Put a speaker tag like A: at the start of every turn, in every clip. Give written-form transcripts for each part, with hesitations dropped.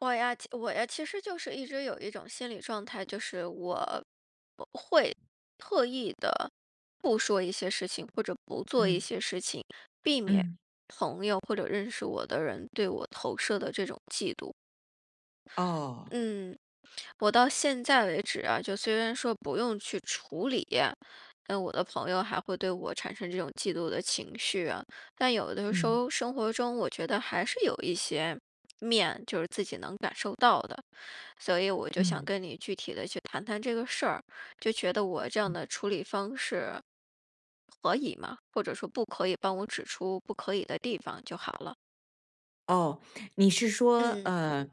A: 我呀，其实就是一直有一种心理状态，就是我会特意的不说一些事情，或者不做一
B: 嗯
A: 些事情，避免
B: 嗯
A: 朋友或者认识我的人对我投射的这种嫉妒。
B: 哦。
A: 嗯，我到现在为止啊，就虽然说不用去处理，我的朋友还会对我产生这种嫉妒的情绪啊，但有的时
B: 嗯
A: 候生活中，我觉得还是有一些面，就是自己能感受到的。所以我就想
B: 嗯。
A: 跟你具体的去谈谈这个事儿，就觉得我这样的处理方式可以吗？或者说不可以，帮我指出不可以的地方就好了。
B: 哦。你是说，
A: 嗯。
B: 呃，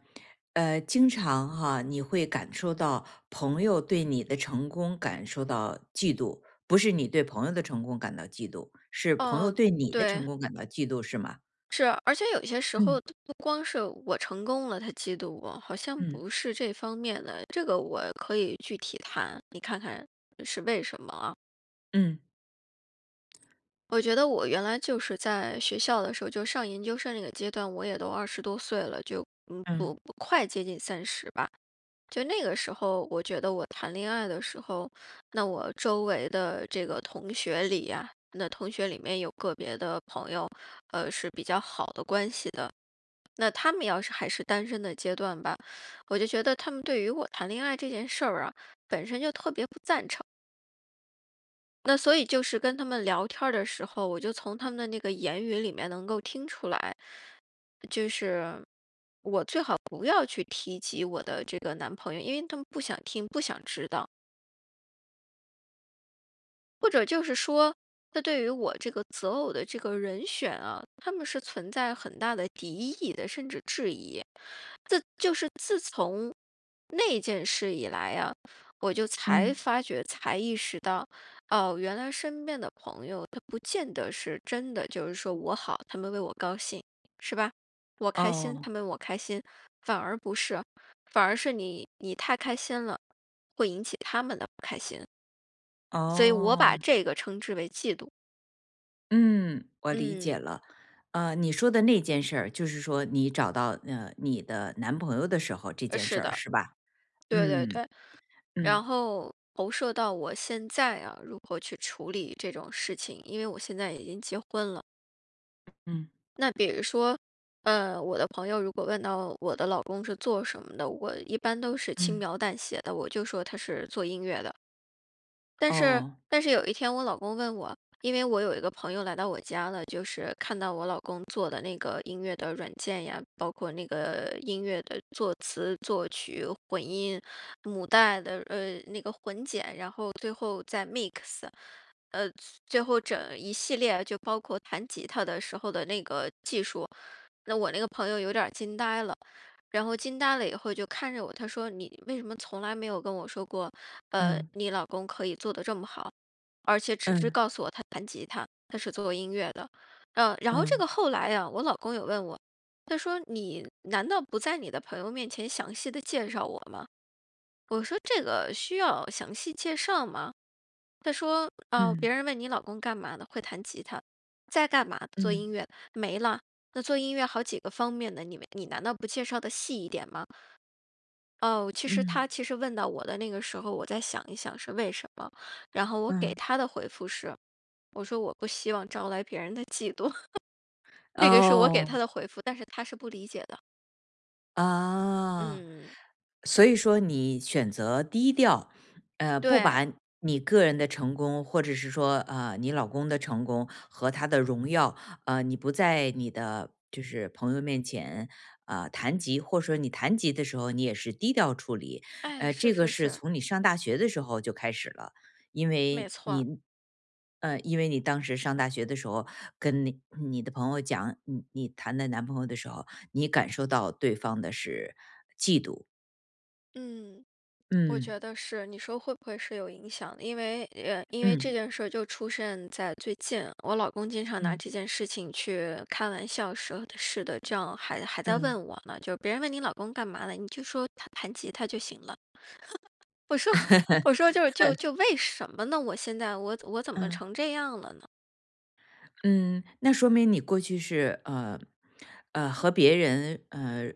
B: 呃，经常哈，你会感受到朋友对你的成功感受到嫉妒，不是你对朋友的成功感到嫉妒，是朋友
A: 嗯。
B: 对你的
A: 对。
B: 成功感到嫉妒，是吗？
A: 是，而且有些时候
B: 嗯
A: 不光是我成功了，他嫉妒我，好像
B: 嗯
A: 不是这方面的，这个我可以具体谈，你看看是为什么啊？
B: 嗯
A: 我觉得我原来就是在学校的时候，就上研究生那个阶段，我也都20多岁了，就嗯不
B: 嗯
A: 不快接近30吧。就那个时候，我觉得我谈恋爱的时候，那我周围的这个同学里呀、那同学里面有个别的朋友，是比较好的关系的。那他们要是还是单身的阶段吧，我就觉得他们对于我谈恋爱这件事儿啊，本身就特别不赞成。那所以就是跟他们聊天儿的时候，我就从他们的那个言语里面能够听出来，就是我最好不要去提及我的这个男朋友，因为他们不想听，不想知道，或者就是说，他对于我这个择偶的这个人选啊，他们是存在很大的敌意的，甚至质疑。这就是自从那件事以来啊，我就才
B: 嗯。
A: 发觉，才意识到，哦，原来身边的朋友，他不见得是真的，就是说我好，他们为我高兴，是吧？我开心，
B: 哦
A: 他们为我开心，反而不是，反而是你太开心了，会引起他们的不开心，所以我把
B: 哦。
A: 这个称之为嫉妒。
B: 嗯，我理解
A: 嗯。
B: 了。你说的那件事儿，就是说你找到你的男朋友的时候这
A: 呃
B: 件
A: 是
B: 事儿，
A: 的，
B: 是吧？
A: 对，对，
B: 嗯
A: 对。
B: 嗯。
A: 然后投射到我现在啊，如何去处理这种事情，因为我现在已经结婚了。
B: 嗯
A: 那比如说，呃，我的朋友如果问到我的老公是做什么的，我一般都是轻
B: 嗯。
A: 描淡写的，我就说他是做音乐的。但是
B: 哦。
A: 有一天我老公问我，因为我有一个朋友来到我家了，就是看到我老公做的那个音乐的软件呀，包括那个音乐的作词、作曲、混音、母带的那个混剪，然后最后再 mix。呃，最后整一系列就包括弹吉他的时候的那个技术，那我那个朋友有点儿惊呆了。然后惊呆了以后就看着我，他说："你为什么从来没有跟我说过，
B: 嗯
A: 你老公可以做的这么好，而且只是
B: 嗯
A: 告诉我他弹吉他，他是做音乐的。"然后这个
B: 嗯
A: 后来呀，我老公有问我，他说："你难道不在你的朋友面前详细的介绍我吗？"我说："这个需要详细介绍吗？"他说："啊、
B: 嗯
A: 别人问你老公干嘛的，会弹吉他，在干嘛？做
B: 嗯
A: 音乐，没了。那做音乐好几个方面的，你们你难道不介绍的细一点吗？"哦，其实他
B: 嗯
A: 其实问到我的那个时候，我再想一想是为什么，然后我给
B: 嗯。
A: 他的回复是，我说我不希望招来别人的嫉妒，这个是我给
B: 哦
A: 他的回复，但是他是不理解的。
B: 啊。
A: 嗯。
B: 所以说你选择低调，不
A: 对。
B: 把你个人的成功，或者是说，你老公的成功和他的荣耀，你不在你的就是朋友面前，谈及，或者说你谈及的时候，你也是低调处理，
A: 哎，是，
B: 这个
A: 是，
B: 是
A: 是。
B: 从你上大学的时候就开始了，因
A: 没
B: 为
A: 错。
B: 你，因为你当时上大学的时候，跟你的朋友讲你谈的男朋友的时候，你感受到对方的是，
A: 嗯。我
B: 嗯
A: 觉得是，你说会不会是有影响的因为，因为这
B: 嗯。
A: 件事儿就出现在最近，我老公经常拿
B: 嗯
A: 这件事情去开玩笑说的是的，这样还在
B: 嗯
A: 问我呢，就是别人问你老公干嘛了，你就说他弹吉他就行了。我说 我说就是为什么呢？我现在我怎么
B: 嗯。
A: 成这样了呢？
B: 嗯，那说明你过去是和别人呃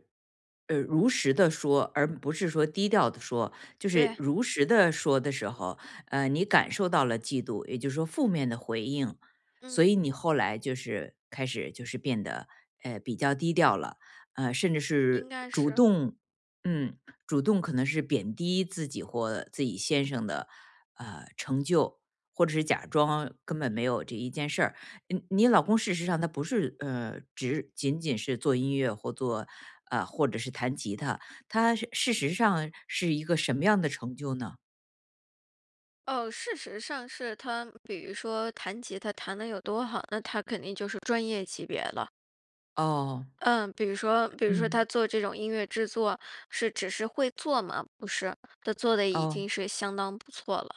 B: 呃如实的说，而不是说低调的说，就是
A: 对。
B: 如实的说的时候，你感受到了嫉妒，也就是说负面的回应，
A: 嗯。
B: 所以你后来就是开始就是变得比较低调了，甚至
A: 应
B: 是
A: 该
B: 主
A: 是。
B: 动嗯可能是贬低自己或自己先生的成就，或者是假装根本没有这一件事儿。嗯，你老公事实上他不是只仅仅是做音乐或做或者是弹吉他，他是事实上是一个什么样的成就呢？
A: 哦，事实上是他，比如说弹吉他弹的有多好，那他肯定就是专业级别了。
B: 哦。
A: 嗯，比如说，比如说
B: 嗯。
A: 他做这种音乐制作，是只是会做吗？不是，他做的已经
B: 哦。
A: 是相当不错了。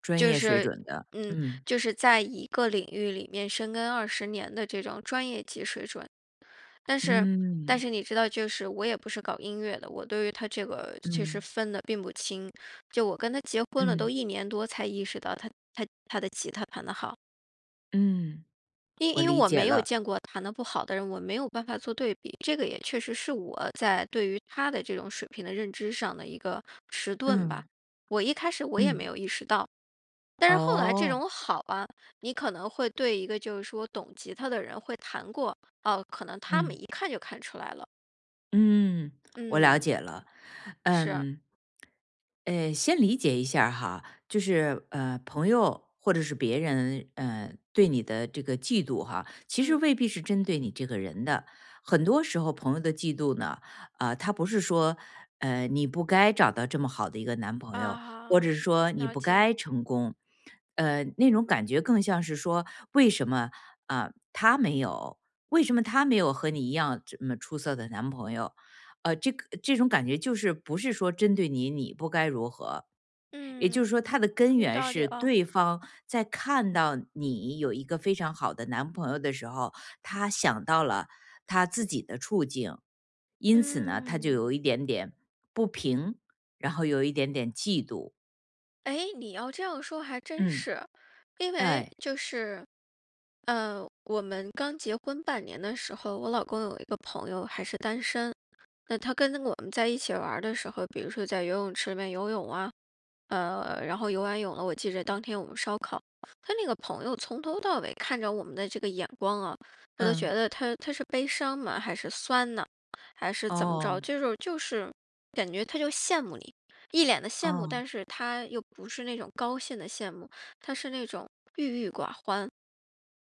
B: 专
A: 就
B: 业水
A: 是，
B: 准的，
A: 嗯，
B: 嗯。
A: 就是在一个领域里面深耕20年的这种专业级水准。但是，但
B: 嗯。
A: 是你知道，就是我也不是搞音乐的，我对于他这个其实
B: 嗯。
A: 分的并不清。就我跟他结婚了都
B: 嗯。
A: 1年多，才意识到他的吉他弹的好。
B: 嗯。
A: 因
B: 我
A: 因为
B: 理
A: 我
B: 解
A: 没有
B: 了。
A: 见过弹得不好的人，我没有办法做对比，这个也确实是我在对于他的这种水平的认知上的一个迟钝吧。
B: 嗯。
A: 我一开始我也没
B: 嗯。
A: 有意识到，但是后来这
B: 哦。
A: 种好啊，你可能会对一个就是说懂吉他的人会弹过，哦，可能他
B: 嗯。
A: 们一看就看出来了。
B: 嗯。我了
A: 嗯。
B: 解了。
A: 是。
B: 嗯。先理解一下儿哈，就是朋友或者是别人，对你的这个嫉妒哈，其实
A: 嗯。
B: 未必是针对你这个人的。很多时候，朋友的嫉妒呢，啊、他不是说，你不该找到这么好的一个男朋友，或者
A: 啊，
B: 是说你
A: 了
B: 不
A: 解。
B: 该成功，那种感觉更像是说，为什么啊、他没有？为什么他没有和你一样这么出色的男朋友？这种感觉就是不是说针对你，你不该如何，也就是说，他
A: 嗯，
B: 的根
A: 有
B: 源
A: 道理
B: 是
A: 哦。
B: 对方在看到你有一个非常好的男朋友的时候，他想到了他自己的处境，因此呢，他就有
A: 嗯。
B: 一点点不平，然后有一点点嫉妒。
A: 哎，你要这样说还真
B: 嗯。
A: 是。因为
B: 哎。
A: 就是，我们刚结婚半年的时候，我老公有一个朋友还是单身，那他跟我们在一起玩儿的时候，比如说在游泳池里面游泳啊，然后游完泳了，我记着当天我们烧烤，他那个朋友从头到尾看着我们的这个眼光啊，我都觉
B: 嗯。
A: 得他是悲伤吗？还是酸呢？还是怎么着？
B: 哦。
A: 就是感觉他就羡慕你，一脸的羡慕，
B: 哦。
A: 但是他又不是那种高兴的羡慕，他是那种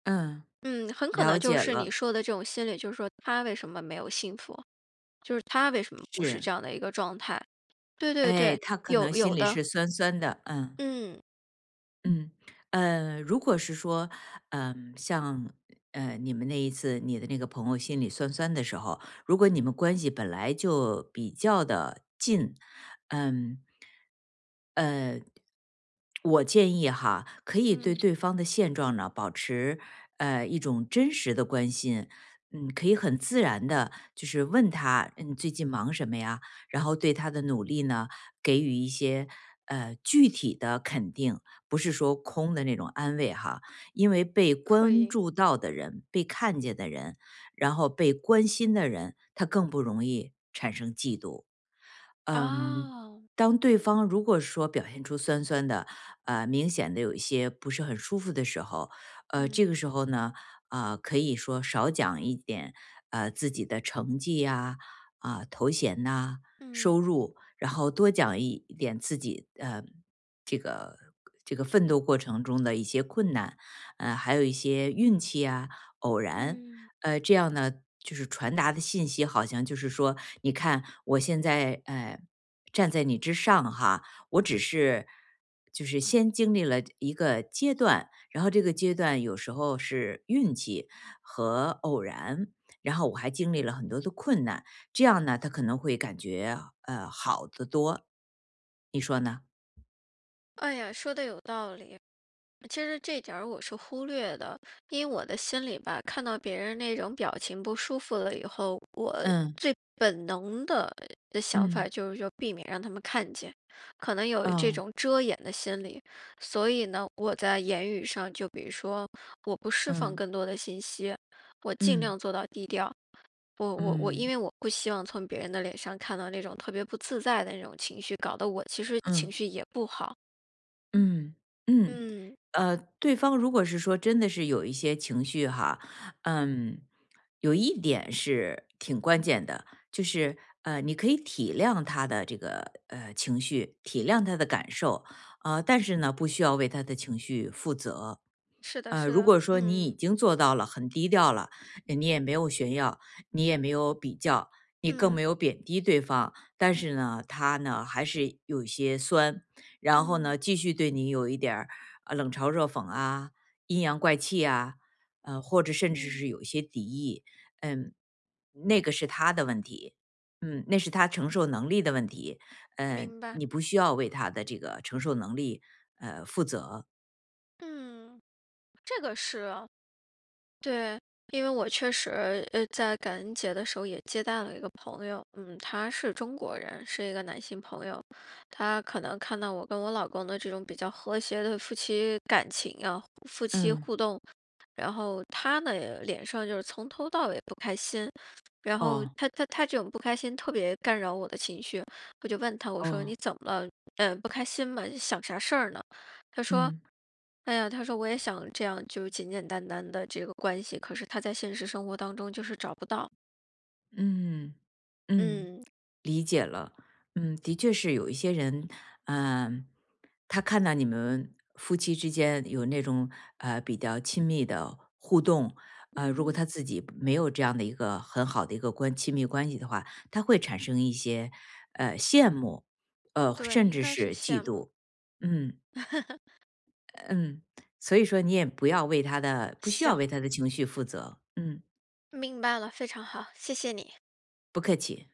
B: 嗯。
A: 嗯，很可能
B: 了
A: 就
B: 解
A: 是你
B: 了。
A: 说的这种心理，就是说他为什么没有幸福，就是他为什么不是
B: 是。
A: 这样的一个状态？对，对，
B: 哎，
A: 对。
B: 他可
A: 有
B: 能心
A: 有
B: 里
A: 的，
B: 是酸酸的，嗯。
A: 嗯，
B: 嗯。如果是说，嗯，像你们那一次，你的那个朋友心里酸酸的时候，如果你们关系本来就比较的近，嗯。呃，我建议哈，可以对
A: 嗯。
B: 对方的现状呢保持一种真实的关心，嗯，可以很自然的，就是问他，嗯，最近忙什么呀？然后对他的努力呢，给予一些具体的肯定。不是说空的那种安慰哈，因为被
A: 可
B: 关
A: 以。
B: 注到的人、被看见的人，然后被关心的人，他更不容易产生嫉妒。嗯，
A: 哦。
B: 当对方如果说表现出酸酸的，明显的有一些不是很舒服的时候，这
A: 嗯，
B: 个时候呢，啊、可以说少讲一点，自己的成绩呀、啊，头衔呐、
A: 嗯，
B: 收入，然后多讲一点自己，这个这个奋斗过程中的一些困难，还有一些运气啊、偶然，
A: 嗯。
B: 这样呢，就是传达的信息好像就是说，你看我现在站在你之上哈，我只是就是先经历了一个阶段，然后这个阶段有时候是运气和偶然，然后我还经历了很多的困难，这样呢，他可能会感觉好得多，你说呢？
A: 哎呀，说的有道理。其实这点儿我是忽略的，因为我的心里吧，看到别人那种表情不舒服了以后，我
B: 嗯
A: 最本能的的想法
B: 嗯
A: 就是说避免让他们看见，可能有这
B: 哦
A: 种遮掩的心理，所以呢，我在言语上就比如说，我不释放
B: 嗯
A: 更多的信息，我尽
B: 嗯
A: 量做到低调。我我我，
B: 嗯
A: 因
B: 嗯
A: 为我不希望从别人的脸上看到那种特别不自在的那种情绪，搞得我其实
B: 嗯。
A: 情绪也不好。
B: 嗯嗯，
A: 嗯。
B: 对方如果是说真的是有一些情绪哈，嗯，有一点是挺关键的，就是你可以体谅他的这个情绪，体谅他的感受，但是呢，不需要为他的情绪负责。
A: 是的，是
B: 如
A: 的。
B: 果说你
A: 嗯。
B: 已经做到了很低调了，你也没有炫耀，你也没有比较，你更
A: 嗯。
B: 没有贬低对方，但是呢，他呢还是有一些酸，然后
A: 嗯。
B: 呢，
A: 嗯。
B: 继续对你有一点儿冷嘲热讽啊、阴阳怪气啊，或者甚至
A: 嗯。
B: 是有一些敌意，嗯，那个是他的问题，嗯，那是他承受能力的问题，
A: 明白。
B: 你不需要为他的这个承受能力负责。
A: 嗯，这个是啊。对，因为我确实，在感恩节的时候也接待了一个朋友，嗯，他是中国人，是一个男性朋友，他可能看到我跟我老公的这种比较和谐的夫妻感情啊，夫妻
B: 嗯。
A: 互动，然后他呢脸上就是从头到尾不开心，然后
B: 哦
A: 他这种不开心特别干扰我的情绪，我就问他，我说
B: 哦。
A: 你怎么了？嗯，不开心吗？想啥事儿呢？他说：
B: 嗯。
A: “哎呀，他说我也想这样，就简简单单的这个关系，可是他在现实生活当中就是找不到。"
B: 嗯。嗯。
A: 嗯，
B: 理解了。嗯，的确是有一些人，嗯、他看到你们夫妻之间有那种比较亲密的互动，如果
A: 嗯。
B: 他自己没有这样的一个很好的一个亲密关系的话，他会产生一些羡慕，
A: 对，
B: 甚
A: 应
B: 至
A: 该是
B: 是
A: 羡
B: 嫉
A: 慕。
B: 妒。嗯 嗯，所以说你也不要为他的，不需要
A: 行，
B: 为他的情绪负责。嗯，
A: 明白了，非常好，谢谢你。
B: 不客气。